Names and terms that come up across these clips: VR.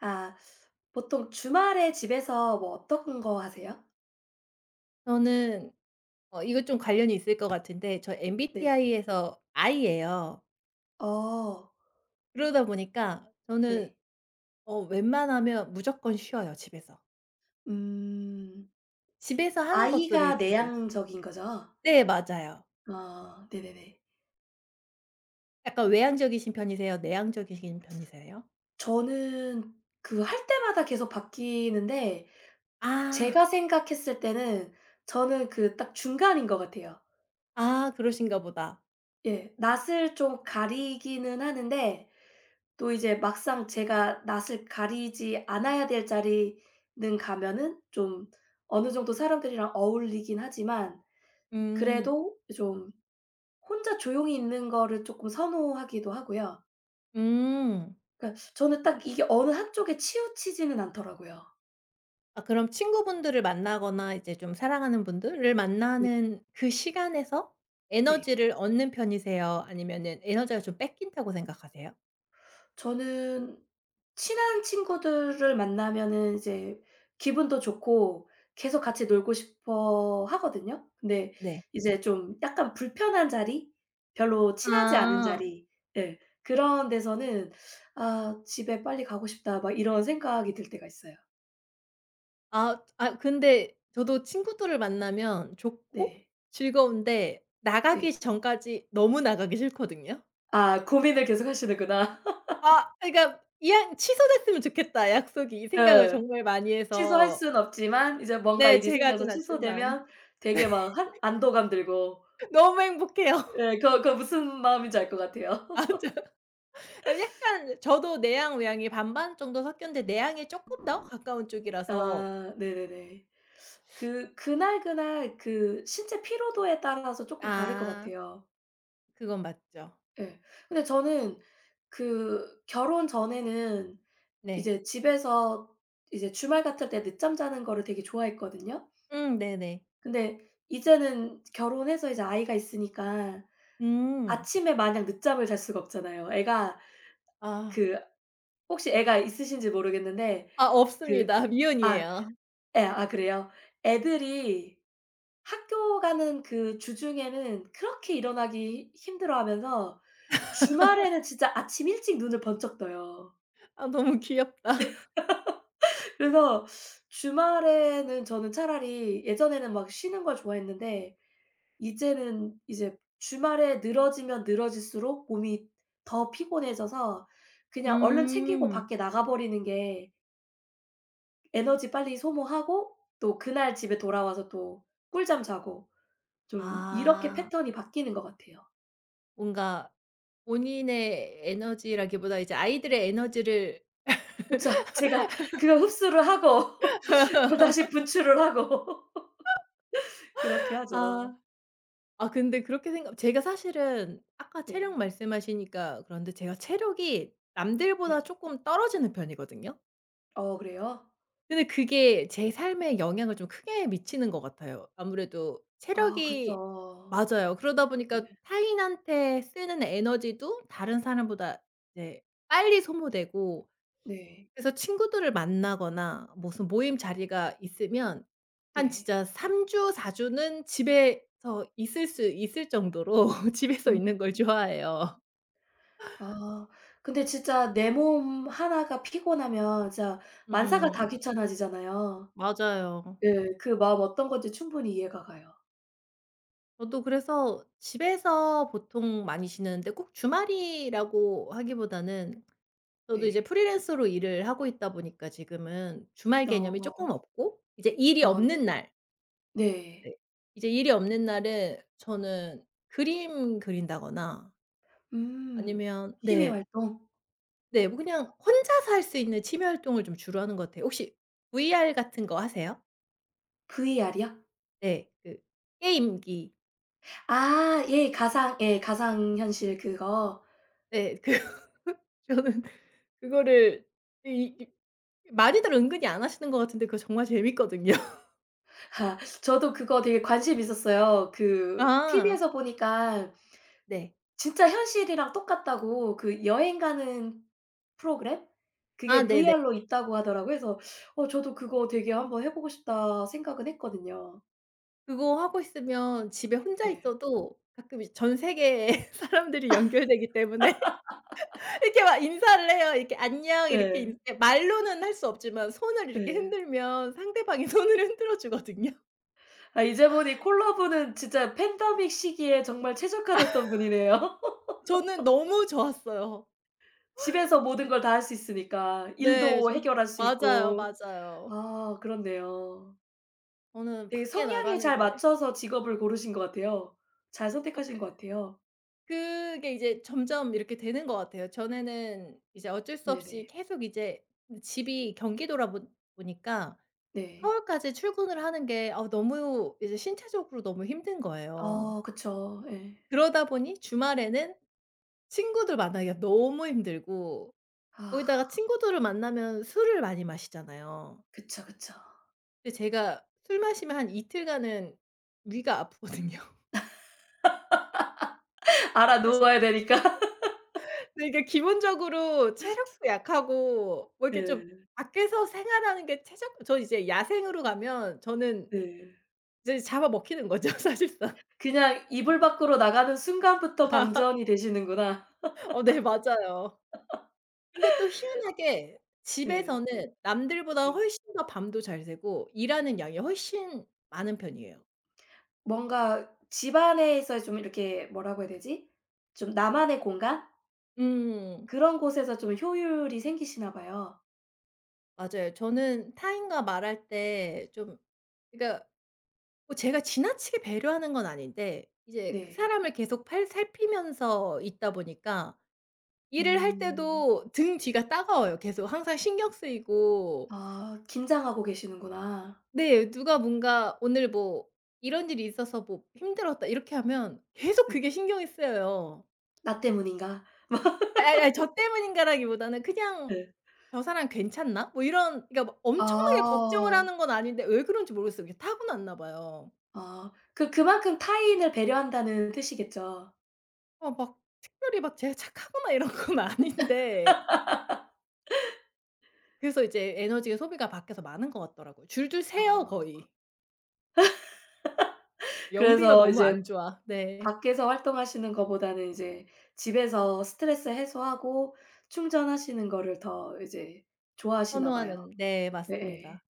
아 보통 주말에 집에서 뭐 어떤 거 하세요? 저는 이거 좀 관련이 있을 것 같은데 저 네. MBTI에서 I예요. 어 그러다 보니까 저는 네. 웬만하면 무조건 쉬어요, 집에서. 음. 집에서 하는 것들을 아이가 주로. 내향적인 거죠? 네, 맞아요. 어 네네네. 약간 외향적이신 편이세요? 내향적이신 편이세요? 저는 그 할 때마다 계속 바뀌는데 제가 아. 생각했을 때는 저는 그 딱 중간인 것 같아요. 아, 그러신가 보다. 예. 낯을 좀 가리기는 하는데 또 이제 막상 제가 낯을 가리지 않아야 될 자리는 가면은 좀 어느 정도 사람들이랑 어울리긴 하지만 음. 그래도 좀 혼자 조용히 있는 거를 쪼끔 선호하기도 하고요. 음. 그러니까 저는 딱 이게 어느 한쪽에 치우치지는 않더라고요. 아, 그럼 친구분들을 만나거나 이제 좀 사랑하는 분들을 네. 만나는 그 시간에서 네. 에너지를 얻는 편이세요? 아니면은 에너지가 좀 뺏긴다고 생각하세요? 저는 친한 친구들을 만나면은 이제 기분도 좋고 계속 같이 놀고 싶어 하거든요. 근데 네. 이제 좀 약간 불편한 자리? 별로 친하지 않은 아. 자리 예 그런 데서는 '아 집에 빨리 가고 싶다.' 막 이런 생각이 들 때가 있어요. 아, 아, 근데 저도 친구들을 만나면 좋고 네. 즐거운데 네. 나가기 전까지 너무 나가기 싫거든요. 아 고민을 계속 하시는구나. 아, 그러니까 '이 약 취소됐으면 좋겠다, 약속이.' 이 생각을 예. 정말 많이 취소할 해서. 순 없지만 이제 뭔가 네. 일이 제 생겨서 가진 않지만 취소되면 되게 막 한 안도감 들고 너무 행복해요. 예. 그 그 무슨 마음인지 알 것 같아요. 맞아요. 아, 약간 저도 내향, 외향이 반반 정도 섞였는데 내향에 조금 더 가까운 쪽이라서. 아 네네네. 그 그날그날 그 신체 피로도에 따라서 조금 다를 것 아. 같아요. 그건 맞죠. 예. 근데 저는 그 결혼 전에는 네. 이제 집에서 이제 주말 같을 때 늦잠 자는 거를 되게 좋아했거든요. 음. 네네. 근데 이제는 결혼해서 이제 아이가 있으니까 음. 아침에 마냥 늦잠을 잘 수가 없잖아요. 애가 아. 그 혹시 애가 있으신지 모르겠는데 아, 그 없습니다. 아 미혼이에요. 예. 아 그래요? 애들이 학교 가는 그 주중에는 그렇게 일어나기 힘들어하면서 주말에는 진짜 아침 일찍 눈을 번쩍 떠요. 아, 너무 귀엽다. 그래서 주말에는 저는 차라리 예전에는 막 쉬는 걸 좋아했는데 이제는 이제 주말에 늘어지면 늘어질수록 몸이 더 피곤해져서 그냥 얼른 챙기고 음. 밖에 나가 버리는 게 에너지 빨리 소모하고 또 그날 집에 돌아와서 또 꿀잠 자고 좀 이렇게 아. 패턴이 바뀌는 것 같아요. 뭔가 본인의 에너지라기보다 이제 아이들의 에너지를. 그쵸. 제가 그걸 흡수를 하고 그걸 다시 분출을 하고 그렇게 하죠. 아. 아, 근데 그렇게 생각, 제가 사실은 아까 체력 네. 말씀하시니까, 그런데 제가 체력이 네. 남들보다 쪼끔 떨어지는 편이거든요. 어 그래요? 근데 그게 제 삶에 영향을 좀 크게 미치는 것 같아요, 아무래도 아 체력이. 그렇죠. 맞아요. 그러다 네. 보니까 타인한테 쓰는 에너지도 다른 사람보다 이제 빨리 소모되고, 네. 그래서 친구들을 만나거나 무슨 모임 자리가 있으면 한 네. 진짜 3주 4 주는 집에서 있을 수 있을 정도로 집에서 음. 있는 걸 좋아해요. 아 근데 진짜 내 몸 하나가 피곤하면 진짜 만사가 음. 다 귀찮아지잖아요. 맞아요. 예. 그 마음 어떤 건지 충분히 이해가 가요. 저도 그래서 집에서 보통 많이 쉬는데 꼭 주말이라고 하기보다는, 저도 이제 네. 프리랜서로 일을 하고 있다 보니까 지금은 주말 개념이 어. 조금 없고 이제 일이 어 네. 없는 날. 네. 네. 이제 일이 없는 날은 저는 그림 그린다거나 음. 아니면. 취미 네. 활동? 네. 뭐 그냥 혼자서 할 수 있는 취미 활동을 좀 주로 하는 것 같아요. 혹시 VR 같은 거 하세요? VR이요? 네. 그 게임기. 아 예. 가상 예 가상 현실 그거. 네. 그 저는 그거를, 이 이 많이들 은근히 안 하시는 것 같은데 그거 정말 재밌거든요. 아 저도 그거 되게 관심 있었어요. 그 아. TV에서 보니까 네. 진짜 현실이랑 똑같다고 그 여행 가는 프로그램? 아, 그게 네네. VR로 있다고 하더라고요. 그래서 어 저도 그거 되게 '한번 해 보고 싶다.' 생각은 했거든요. 그거 하고 있으면 집에 혼자 네. 있어도 가끔 이제 전 세계의 사람들이 연결되기 때문에 이렇게 막 인사를 해요. 이렇게 "안녕." 이렇게, 네. 인 예, 말로는 할 수 없지만 손을 이렇게 네. 흔들면 상대방이 손을 흔들어 주거든요. 아 이제 보니 콜라보는 진짜 팬데믹 시기에 정말 최적화됐던 분이네요. 저는 너무 좋았어요. 집에서 모든 지 걸 다 할 수 있으니까 네. 일도 전 해결할 수 맞아요, 있고. 맞아요. 아 그렇네요. 저는 되게 밖에 성향에 나가는 잘 게 맞춰서 직업을 고르신 것 같아요. 잘 아 선택하신 것 같아요. 그게 이제 점점 이렇게 되는 것 같아요. 전에는 이제 어쩔 수 없이 네네. 계속 이제 집이 경기도라 보 보니까 네. 서울까지 출근을 하는 게 아, 너무 이제 신체적으로 너무 힘든 거예요. 아 그쵸. 예. 그러다 보니 주말에는 친구들 만나기가 너무 힘들고, 거기다가 아 친구들을 만나면 술을 많이 마시잖아요. 그쵸, 그쵸. 근데 제가 술 마시면 한 이틀간은 위가 아프거든요. 알아 놓아야 되니까. 근데 이게 기본적으로 체력도 약하고 뭐 이렇게 좀 예. 밖에서 생활하는 게 최적, 저 이제 야생으로 가면 저는 네. 이제 잡아먹히는 거죠, 사실상. 그냥 이불 밖으로 나가는 순간부터 방전이 되시는구나. 어, 네, 맞아요. 근데 또 희한하게 예. 집에서는 남들보다 예. 훨씬 더 밤도 잘 새고 일하는 양이 훨씬 많은 편이에요. 뭔가 집 안에서 좀 이렇게 뭐라고 해야 되지? 좀 나만의 공간? 음. 그런 곳에서 좀 효율이 생기시나 봐요. 맞아요. 저는 타인과 말할 때 좀, 그러니까 뭐 제가 지나치게 배려하는 건 아닌데 이제 그 네. 사람을 계속 팔 살피면서 있다 보니까 일을 할 음. 때도 등 뒤가 따가워요, 계속. 항상 신경 쓰이고. 아 긴장하고 계시는구나. 네. 누가 뭔가 "오늘 뭐 이런 일이 있어서 뭐 힘들었다." 이렇게 하면 계속 예. 그게 신경이 쓰여요. '나 때문인가?' 아이, 아이, 아이, 저 때문인가라기보다는 그냥 네. '저 사람 괜찮나?' 뭐 이런. 그러니까 막 엄청나게 걱정을 아. 하는 건 아닌데 왜 그런지 모르겠어요. 이게 타고났나 봐요. 아. 그 그만큼 타인을 배려한다는 뜻이겠죠. 막 특별히 막 제가 착하거나 이런 건 아닌데 그래서 이제 에너지의 소비가 밖에서 많은 것 같더라고요. 줄줄 새요, 어. 거의. 연비가 그래서 그렇죠. 너무 이제 안 좋아. 네. 밖에서 활동하시는 거보다는 이제 집에서 스트레스 해소하고 충전하시는 거를 더 이제 좋아하시나 봐요. 선호하는. 네, 예예. 맞습니다.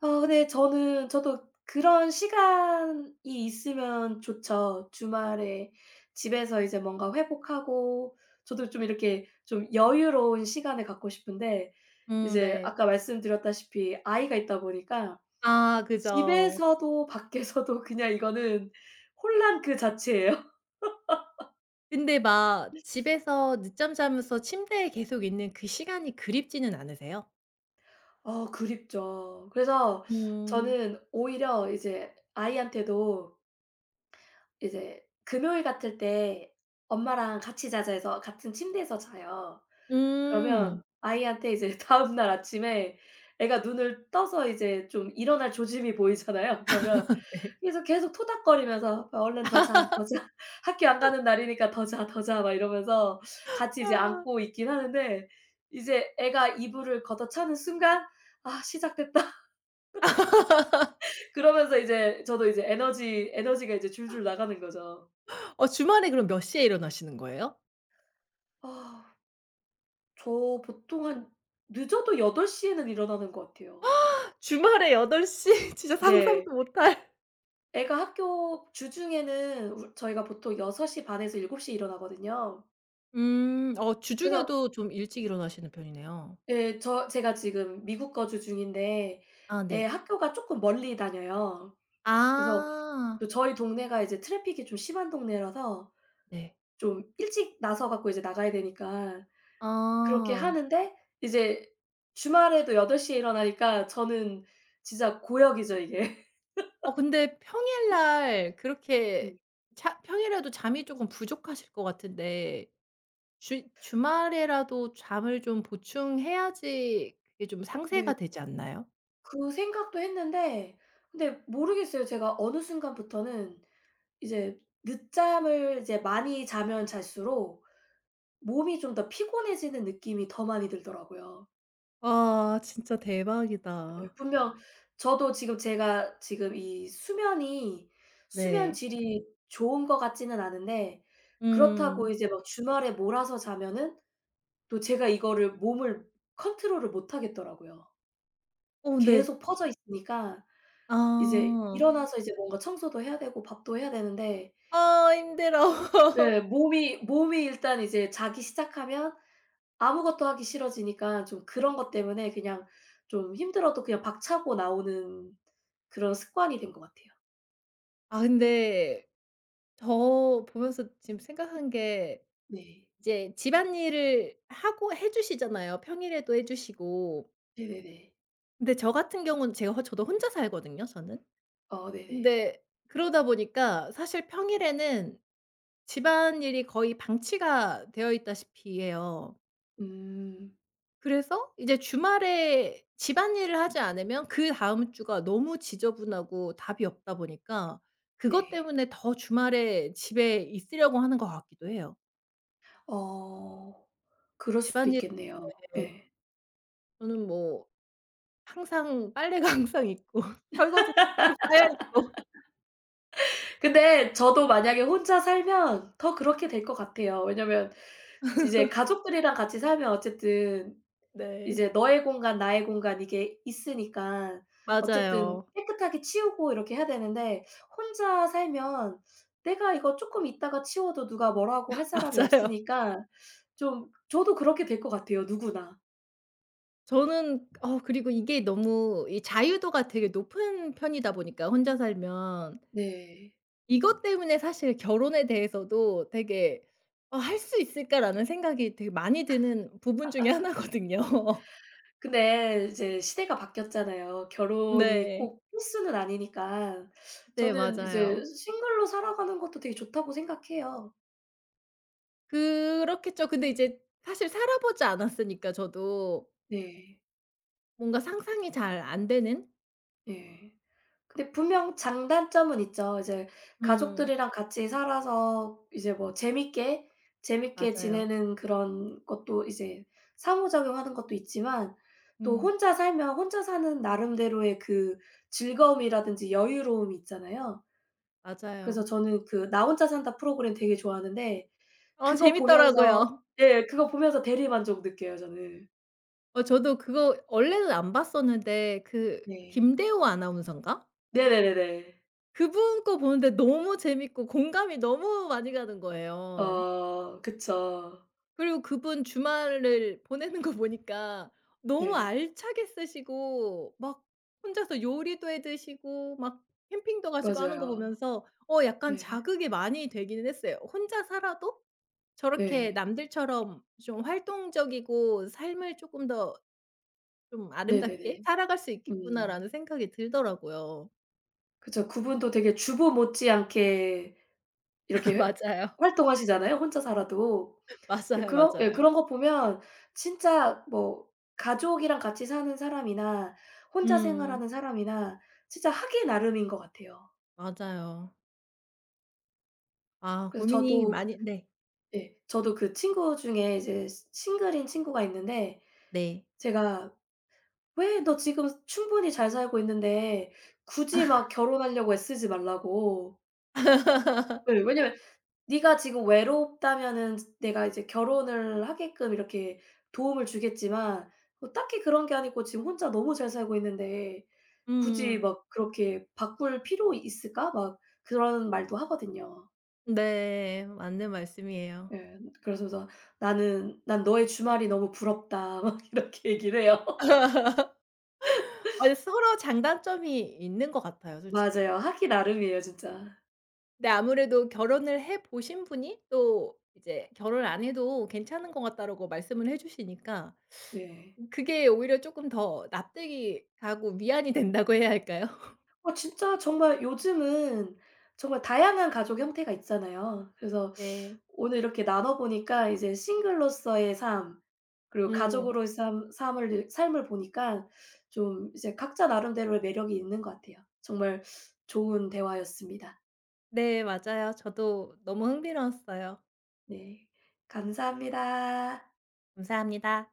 어 네. 저는 저도 그런 시간이 있으면 좋죠. 주말에 집에서 이제 뭔가 회복하고 저도 좀 이렇게 좀 여유로운 시간을 갖고 싶은데 음. 이제 네. 아까 말씀드렸다시피 아이가 있다 보니까 아, 그죠. 집에서도 밖에서도 그냥 이거는 혼란 그 자체예요. 근데 막 집에서 늦잠 자면서 침대에 계속 있는 그 시간이 그립지는 않으세요? 어 그립죠. 그래서 음. 저는 오히려 이제 아이한테도 이제 금요일 같을 때 엄마랑 같이 자자 해서 같은 침대에서 자요. 그러면 음. 아이한테 이제 다음 날 아침에 애가 눈을 떠서 이제 좀 일어날 조짐이 보이잖아요. 그러면 네. 그래서 계속 토닥거리면서 "어 얼른 더 자, 더 자. 학교 안 가는 날이니까 더 자, 더 자." 막 이러면서 같이 이제 아. 안고 있긴 하는데 이제 애가 이불을 걷어차는 순간 '아 시작됐다.' 그러면서 이제 저도 이제 에너지가 이제 줄줄 나가는 거죠. 어, 주말에 그럼 몇 시에 일어나시는 거예요? 어. 저 보통 한 늦어도 8시 에는 일어나는 것 같아요. 주말에 8 시? 진짜 네. 상상도 못할. 애가 학교 주중에는 우 저희가 보통 6시 반 에서 7시에 일어나거든요. 음. 어, 그래서 주중에도 좀 일찍 일어나시는 편이네요. 예 저 제가 지금 미국 거주 중인데 아. 애 네. 학교가 쪼끔 멀리 다녀요. 그래서 아. 또 저희 동네가 이제 트래픽이 좀 심한 동네라서 네. 좀 일찍 나서 갖고 이제 나가야 되니까 그렇게 아. 하는데 이제 주말에도 8시에 일어나니까 저는 진짜 고역이죠 이게. 근데 평일날 그렇게 네. 자 평일에도 잠이 쪼금 부족하실 것 같은데 주 주말에라도 잠을 좀 보충해야지 그게 좀 네. 상쇄가 되지 않나요? 그 생각도 했는데 근데 모르겠어요. 제가 어느 순간부터는 이제 늦잠을 이제 많이 자면 잘수록 몸이 좀 더 피곤해지는 느낌이 더 많이 들더라고요. 와, 진짜 예 대박이다. 분명 저도 지금 제가 지금 이 수면 네. 질이 좋은 것 같지는 않은데 음. 그렇다고 이제 막 주말에 몰아서 자면은 또 제가 이거를 몸을 컨트롤을 못 하겠더라고요. 어, 근데. 계속 퍼져 있으니까 이제 아. 일어나서 이제 뭔가 청소도 해야 되고 밥도 해야 되는데 아, 힘들어. 네 몸이 일단 이제 자기 시작하면 아무것도 하기 싫어지니까 좀 그런 것 때문에 그냥 좀 힘들어도 그냥 박차고 나오는 그런 습관이 된 것 같아요. 아, 근데 저 보면서 지금 생각한 게, 네. 이제 집안일을 하고 해 주시잖아요. 평일에도 해 주시고. 네네네. 근데 저 같은 경우는 제가 저도 혼자 살거든요, 저는. 어 네네. 근데 그러다 보니까 사실 평일에는 집안일이 거의 방치가 되어 있다시피 해요. 음 그래서 이제 주말에 집안일을 하지 않으면 그다음 주가 너무 지저분하고 답이 없다 보니까 그것 네. 때문에 더 주말에 집에 있으려고 하는 것 같기도 해요. 어 그럴 수도 집안일에 있겠네요. 예. 저는 뭐 항상 빨래가 항상 있고 설거지도 항상 쌓여 있고. 근데 저도 만약에 혼자 살면 더 그렇게 될 것 같아요. 왜냐면 이제 가족들이랑 같이 살면 어쨌든 네. 이제 너의 공간 나의 공간 이게 있으니까 어쨌든 맞아요. 깨끗하게 치우고 이렇게 해야 되는데 혼자 살면 내가 이거 쪼끔 있다가 치워도 누가 뭐라고 할 사람이 맞아요. 없으니까 좀 저도 그렇게 될 것 같아요 누구나. 저는, 그리고 이게 너무 이 자유도가 되게 높은 편이다 보니까 혼자 살면, 네. 이것 때문에 사실 결혼에 대해서도 되게 '어, 할 수 있을까?'라는 생각이 되게 많이 드는 부분 중에 하나거든요. 근데 이제 시대가 바뀌었잖아요. 결혼이 네. 꼭 필수는 아니니까. 네, 저는 이제 맞아요. 싱글로 살아가는 것도 되게 좋다고 생각해요. 그렇겠죠. 근데 이제 사실 살아보지 않았으니까 저도 네. 뭔가 상상이 잘 안 되는? 예. 근데 분명 장단점은 있죠. 이제 음. 가족들이랑 같이 살아서 이제 뭐 재밌게, 재밌게 맞아요. 지내는 그런 것도 이제 상호작용하는 것도 있지만 또 음. 혼자 살면 혼자 사는 나름대로의 그 즐거움이라든지 여유로움이 있잖아요. 그래서 맞아요. 저는 그 "나 혼자 산다." 프로그램 되게 좋아하는데 어, 그거 보면서 재밌더라고요. 예 그거 보면서 대리만족 느껴요 저는. 어, 저도 그거 원래는 안 봤었는데, 그 네. 김대호 아나운서인가? 네네네네. 그분 거 보는데 너무 재밌고 공감이 너무 많이 가는 거예요. 어 그쵸. 그리고 그분 주말을 보내는 거 보니까 너무 네. 알차게 쓰시고 막 혼자서 요리도 해 드시고 막 캠핑도 가시고 하는 거 맞아요. 보면서, 약간 네. 자극이 많이 되기는 했어요. 혼자 살아도 저렇게 네. 남들처럼 좀 활동적이고 삶을 쪼끔 더 좀 '아름답게 네네네. 살아갈 수 음. 있겠구나.'라는 생각이 들더라고요. 그쵸. 그분도 되게 주부 못지않게 이렇게 회 맞아요. 활동하시잖아요, 혼자 살아도. 네, 맞아요, 그런 예 맞아요. 그런 거 보면 진짜 뭐 가족이랑 같이 사는 사람이나 혼자 음. 생활하는 사람이나 진짜 하기 나름인 것 같아요. 맞아요. 아, 그래서 고민이 저도 많이. 네. 예 저도 그 친구 중에 이제 시 싱글인 친구가 있는데 네. 제가 "왜 너 지금 충분히 잘 살고 있는데 굳이 막 결혼하려고 애쓰지 말라."고. 예. 왜냐면 네가 지금 외롭다면은 내가 이제 결혼을 하게끔 이렇게 도움을 주겠지만 뭐 딱히 그런 게 아니고 지금 혼자 너무 잘 살고 있는데 굳이 음. 막 그렇게 '바꿀 필요 있을까?' 막 그런 말도 하거든요. 네. 맞는 말씀이에요. 예. 그러면서 "나는 난 너의 주말이 너무 부럽다." 막 이렇게 얘기를 해요. 아, 서로 장단점이 있는 것 같아요, 솔직히. 맞아요. 하기 나름이에요 진짜. 근데 아무래도 결혼을 해 보신 분이 또 이제 "결혼 안 해도 괜찮은 것 같다."라고 말씀을 해 주시니까 네. 그게 오히려 조금 더 납득이 가고 위안이 된다고 해야 할까요? 어 진짜 정말 요즘은 정말 다양한 가족 형태가 있잖아요. 그래서 네. 오늘 이렇게 나눠 보니까 이제 싱글로서의 삶 그리고 음. 가족으로의 삶 삶을 보니까 좀 이제 각자 나름대로의 매력이 있는 것 같아요. 정말 좋은 대화였습니다. 네, 맞아요. 저도 너무 흥미로웠어요. 네. 감사합니다. 감사합니다.